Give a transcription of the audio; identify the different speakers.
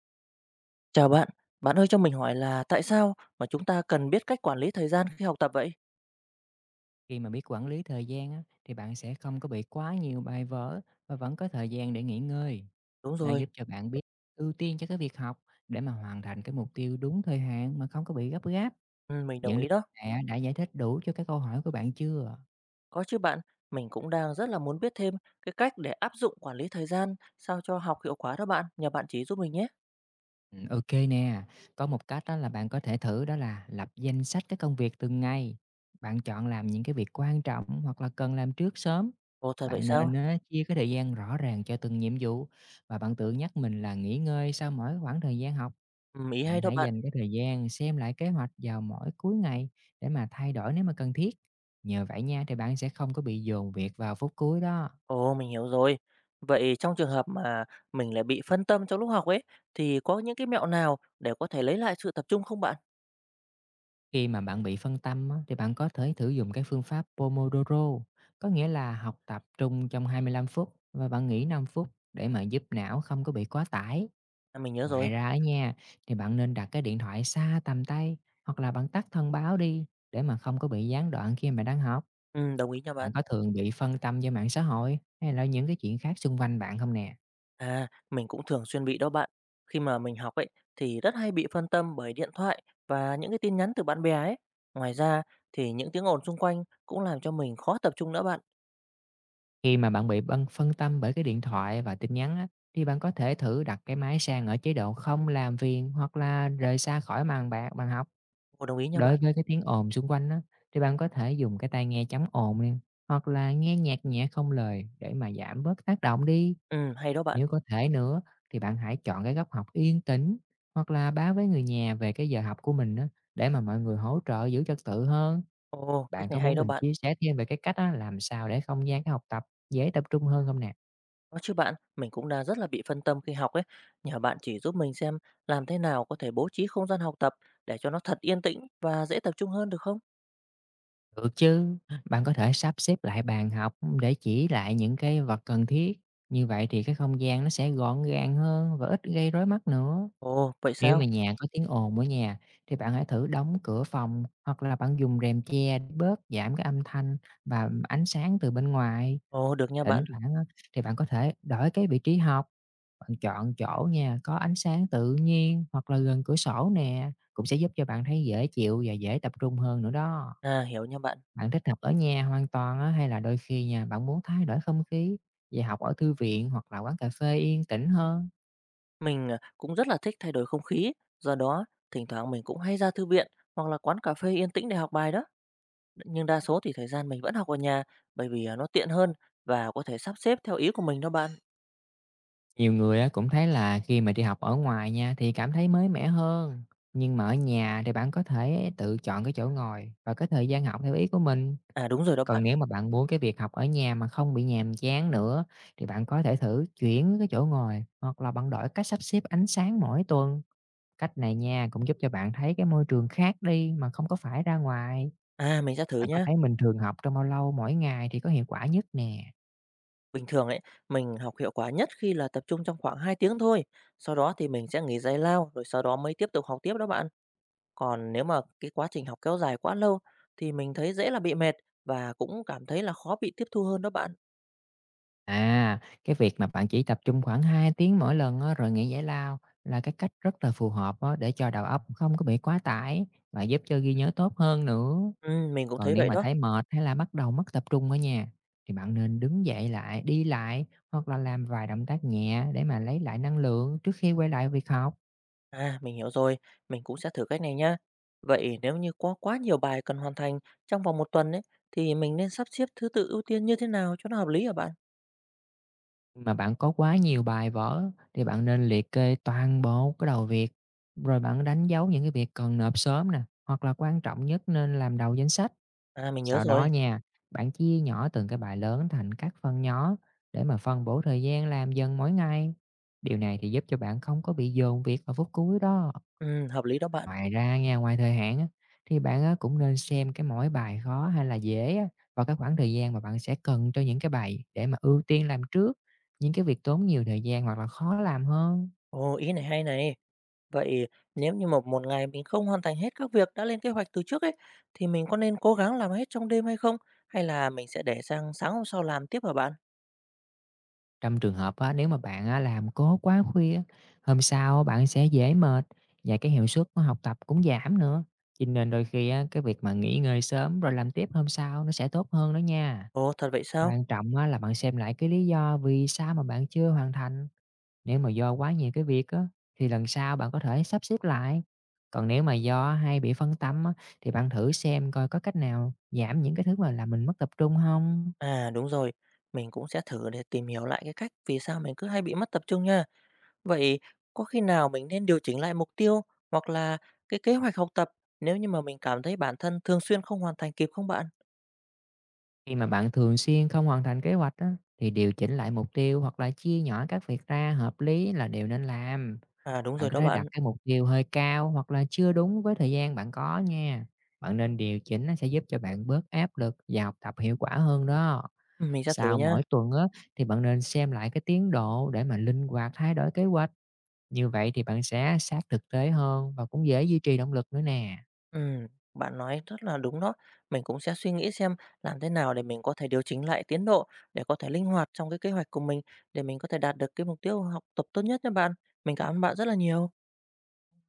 Speaker 1: Chào bạn, bạn ơi cho mình hỏi là tại sao mà chúng ta cần biết cách quản lý thời gian khi học tập vậy?
Speaker 2: Khi mà biết quản lý thời gian á, thì bạn sẽ không có bị quá nhiều bài vở và vẫn có thời gian để nghỉ ngơi.
Speaker 1: Đúng
Speaker 2: Nó
Speaker 1: rồi,
Speaker 2: giúp cho bạn biết ưu tiên cho cái việc học để mà hoàn thành cái mục tiêu đúng thời hạn mà không có bị gấp gáp.
Speaker 1: ừ, mình đồng
Speaker 2: Những lý
Speaker 1: ý đó.
Speaker 2: do này á, đã giải thích đủ cho cái câu hỏi của bạn chưa?
Speaker 1: Có chứ bạn, mình cũng đang rất là muốn biết thêm cái cách để áp dụng quản lý thời gian sao cho học hiệu quả đó bạn, nhờ bạn chỉ giúp mình nhé.
Speaker 2: Ô nè, có một cách đó là bạn có thể thử đó là lập danh sách các công việc từng ngày. Bạn chọn làm những cái việc quan trọng hoặc là cần làm trước sớm.
Speaker 1: Ồ thật vậy
Speaker 2: Bạn
Speaker 1: sao?
Speaker 2: nên á chia cái thời gian rõ ràng cho từng nhiệm vụ, và bạn tự nhắc mình là nghỉ ngơi sau mỗi khoảng thời gian học.
Speaker 1: Ừ, ý
Speaker 2: Bạn
Speaker 1: hay đó
Speaker 2: hãy
Speaker 1: bạn.
Speaker 2: dành cái thời gian xem lại kế hoạch vào mỗi cuối ngày để mà thay đổi nếu mà cần thiết. Nhờ vậy nha, thì bạn sẽ không có bị dồn việc vào phút cuối đó.
Speaker 1: Ồ mình hiểu rồi. Vậy trong trường hợp mà mình lại bị phân tâm trong lúc học ấy thì có những cái mẹo nào để có thể lấy lại sự tập trung không bạn?
Speaker 2: Khi mà bạn bị phân tâm á, thì bạn có thể thử dùng cái phương pháp Pomodoro, có nghĩa là học tập trung trong 25 phút và bạn nghỉ 5 phút để mà giúp não không có bị quá tải.
Speaker 1: À, mình nhớ
Speaker 2: Ngoài
Speaker 1: rồi.
Speaker 2: ra ở nhà thì bạn nên đặt cái điện thoại xa tầm tay, hoặc là bạn tắt thông báo đi để mà không có bị gián đoạn khi mà đang học.
Speaker 1: Ừ, đồng ý nha
Speaker 2: Bạn
Speaker 1: bạn.
Speaker 2: có thường bị phân tâm do mạng xã hội hay là những cái chuyện khác xung quanh bạn không nè?
Speaker 1: À, mình cũng thường xuyên bị đó bạn. Khi mà mình học ấy thì rất hay bị phân tâm bởi điện thoại và những cái tin nhắn từ bạn bè ấy. Ngoài ra thì những tiếng ồn xung quanh cũng làm cho mình khó tập trung nữa bạn.
Speaker 2: Khi mà bạn bị bân phân tâm bởi cái điện thoại và tin nhắn á, thì bạn có thể thử đặt cái máy sang ở chế độ không làm phiền, hoặc là rời xa khỏi màn bạc bàn học.
Speaker 1: Ồ, đồng ý nha
Speaker 2: Đối
Speaker 1: bạn.
Speaker 2: với cái tiếng ồn xung quanh á, thì bạn có thể dùng cái tai nghe chống ồn nè, hoặc là nghe nhạc nhẹ không lời để mà giảm bớt tác động đi.
Speaker 1: Ừ, hay đó bạn.
Speaker 2: Nếu có thể nữa thì bạn hãy chọn cái góc học yên tĩnh, hoặc là báo với người nhà về cái giờ học của mình á, để mà mọi người hỗ trợ giữ trật tự hơn.
Speaker 1: Ồ, cách
Speaker 2: Bạn có
Speaker 1: này hay
Speaker 2: muốn
Speaker 1: đó
Speaker 2: mình
Speaker 1: bạn.
Speaker 2: chia sẻ thêm về cái cách á, làm sao để không gian cái học tập dễ tập trung hơn không nè?
Speaker 1: Có chứ bạn, mình cũng đang rất là bị phân tâm khi học ấy. Nhờ bạn chỉ giúp mình xem làm thế nào có thể bố trí không gian học tập để cho nó thật yên tĩnh và dễ tập trung hơn được không?
Speaker 2: Được chứ, bạn có thể sắp xếp lại bàn học để chỉ lại những cái vật cần thiết. Như vậy thì cái không gian nó sẽ gọn gàng hơn và ít gây rối mắt nữa.
Speaker 1: Ồ, vậy
Speaker 2: Nếu
Speaker 1: sao?
Speaker 2: mà nhà có tiếng ồn ở nhà thì bạn hãy thử đóng cửa phòng, hoặc là bạn dùng rèm che để bớt giảm cái âm thanh và ánh sáng từ bên ngoài.
Speaker 1: Ồ, được nha
Speaker 2: Thỉnh
Speaker 1: bạn.
Speaker 2: thoảng á, thì bạn có thể đổi cái vị trí học, bạn chọn chỗ nha có ánh sáng tự nhiên hoặc là gần cửa sổ nè, cũng sẽ giúp cho bạn thấy dễ chịu và dễ tập trung hơn nữa đó.
Speaker 1: À, hiểu nha bạn.
Speaker 2: Bạn thích học ở nhà hoàn toàn á, hay là đôi khi nha, bạn muốn thay đổi không khí, về học ở thư viện hoặc là quán cà phê yên tĩnh hơn?
Speaker 1: Mình à, cũng rất là thích thay đổi không khí, do đó thỉnh thoảng mình cũng hay ra thư viện hoặc là quán cà phê yên tĩnh để học bài đó. Nhưng đa số thì thời gian mình vẫn học ở nhà bởi vì nó tiện hơn và có thể sắp xếp theo ý của mình đó bạn.
Speaker 2: Nhiều người á, cũng thấy là khi mà đi học ở ngoài nha thì cảm thấy mới mẻ hơn. Nhưng mà ở nhà thì bạn có thể tự chọn cái chỗ ngồi và cái thời gian học theo ý của mình.
Speaker 1: À đúng rồi đó
Speaker 2: Còn
Speaker 1: bạn.
Speaker 2: nếu mà bạn muốn cái việc học ở nhà mà không bị nhàm chán nữa, thì bạn có thể thử chuyển cái chỗ ngồi, hoặc là bạn đổi cách sắp xếp ánh sáng mỗi tuần. Cách này nha, cũng giúp cho bạn thấy cái môi trường khác đi mà không có phải ra ngoài.
Speaker 1: À mình sẽ thử
Speaker 2: Bạn có
Speaker 1: nhá.
Speaker 2: thấy mình thường học trong bao lâu mỗi ngày thì có hiệu quả nhất nè?
Speaker 1: Bình thường ấy, mình học hiệu quả nhất khi là tập trung trong khoảng 2 tiếng thôi. Sau đó thì mình sẽ nghỉ giải lao rồi sau đó mới tiếp tục học tiếp đó bạn. Còn nếu mà cái quá trình học kéo dài quá lâu thì mình thấy dễ là bị mệt và cũng cảm thấy là khó bị tiếp thu hơn đó bạn.
Speaker 2: À, cái việc mà bạn chỉ tập trung khoảng 2 tiếng mỗi lần á, rồi nghỉ giải lao là cái cách rất là phù hợp á, để cho đầu óc không có bị quá tải và giúp cho ghi nhớ tốt hơn nữa.
Speaker 1: Ừ, mình cũng
Speaker 2: Còn
Speaker 1: thấy
Speaker 2: nếu
Speaker 1: vậy
Speaker 2: mà
Speaker 1: đó.
Speaker 2: thấy mệt hay là bắt đầu mất tập trung ở nhà, thì bạn nên đứng dậy lại, đi lại, hoặc là làm vài động tác nhẹ để mà lấy lại năng lượng trước khi quay lại việc học.
Speaker 1: À, mình hiểu rồi, mình cũng sẽ thử cách này nhá. Vậy nếu như có quá nhiều bài cần hoàn thành trong vòng một tuần ấy, thì mình nên sắp xếp thứ tự ưu tiên như thế nào cho nó hợp lý hả bạn?
Speaker 2: Mà bạn có quá nhiều bài vở thì bạn nên liệt kê toàn bộ cái đầu việc, rồi bạn đánh dấu những cái việc cần nộp sớm nè, hoặc là quan trọng nhất nên làm đầu danh sách.
Speaker 1: À, mình nhớ
Speaker 2: Sau đó
Speaker 1: rồi.
Speaker 2: nha, bạn chia nhỏ từng cái bài lớn thành các phần nhỏ để mà phân bổ thời gian làm dần mỗi ngày. Điều này thì giúp cho bạn không có bị dồn việc vào phút cuối đó.
Speaker 1: Ừ, hợp lý đó bạn.
Speaker 2: Ngoài ra nha, ngoài thời hạn á, thì bạn á, cũng nên xem cái mỗi bài khó hay là dễ á, vào cái khoảng thời gian mà bạn sẽ cần cho những cái bài để mà ưu tiên làm trước những cái việc tốn nhiều thời gian hoặc là khó làm hơn.
Speaker 1: Ồ, ý này hay này. Vậy nếu như một một ngày mình không hoàn thành hết các việc đã lên kế hoạch từ trước ấy, thì mình có nên cố gắng làm hết trong đêm hay không? Hay là mình sẽ để sang sáng hôm sau làm tiếp hả bạn?
Speaker 2: Trong trường hợp á, nếu mà bạn á, làm cố quá khuya, á, hôm sau bạn sẽ dễ mệt và cái hiệu suất của học tập cũng giảm nữa. Cho nên đôi khi á, cái việc mà nghỉ ngơi sớm rồi làm tiếp hôm sau nó sẽ tốt hơn đó nha.
Speaker 1: Ồ, thật vậy sao?
Speaker 2: Quan trọng á, là bạn xem lại cái lý do vì sao mà bạn chưa hoàn thành. Nếu mà do quá nhiều cái việc á, thì lần sau bạn có thể sắp xếp lại. Còn nếu mà do hay bị phân tâm á, thì bạn thử xem coi có cách nào giảm những cái thứ mà làm mình mất tập trung không.
Speaker 1: À, đúng rồi. Mình cũng sẽ thử để tìm hiểu lại cái cách vì sao mình cứ hay bị mất tập trung nha. Vậy có khi nào mình nên điều chỉnh lại mục tiêu hoặc là cái kế hoạch học tập nếu như mà mình cảm thấy bản thân thường xuyên không hoàn thành kịp không bạn?
Speaker 2: Khi mà bạn thường xuyên không hoàn thành kế hoạch á, thì điều chỉnh lại mục tiêu hoặc là chia nhỏ các việc ra hợp lý là điều nên làm.
Speaker 1: À đúng
Speaker 2: Bạn
Speaker 1: rồi
Speaker 2: có
Speaker 1: đó
Speaker 2: thể
Speaker 1: bạn,
Speaker 2: đặt cái mục tiêu hơi cao hoặc là chưa đúng với thời gian bạn có nha. Bạn nên điều chỉnh, nó sẽ giúp cho bạn bớt áp lực và học tập hiệu quả hơn đó.
Speaker 1: ừ, mình sẽ thử
Speaker 2: Sau
Speaker 1: nhá.
Speaker 2: mỗi tuần á, thì bạn nên xem lại cái tiến độ để mà linh hoạt thay đổi kế hoạch. Như vậy thì bạn sẽ sát thực tế hơn và cũng dễ duy trì động lực nữa nè.
Speaker 1: Ừ, bạn nói rất là đúng đó. Mình cũng sẽ suy nghĩ xem làm thế nào để mình có thể điều chỉnh lại tiến độ để có thể linh hoạt trong cái kế hoạch của mình để mình có thể đạt được cái mục tiêu học tập tốt nhất nha bạn. Mình cảm ơn bạn rất là nhiều.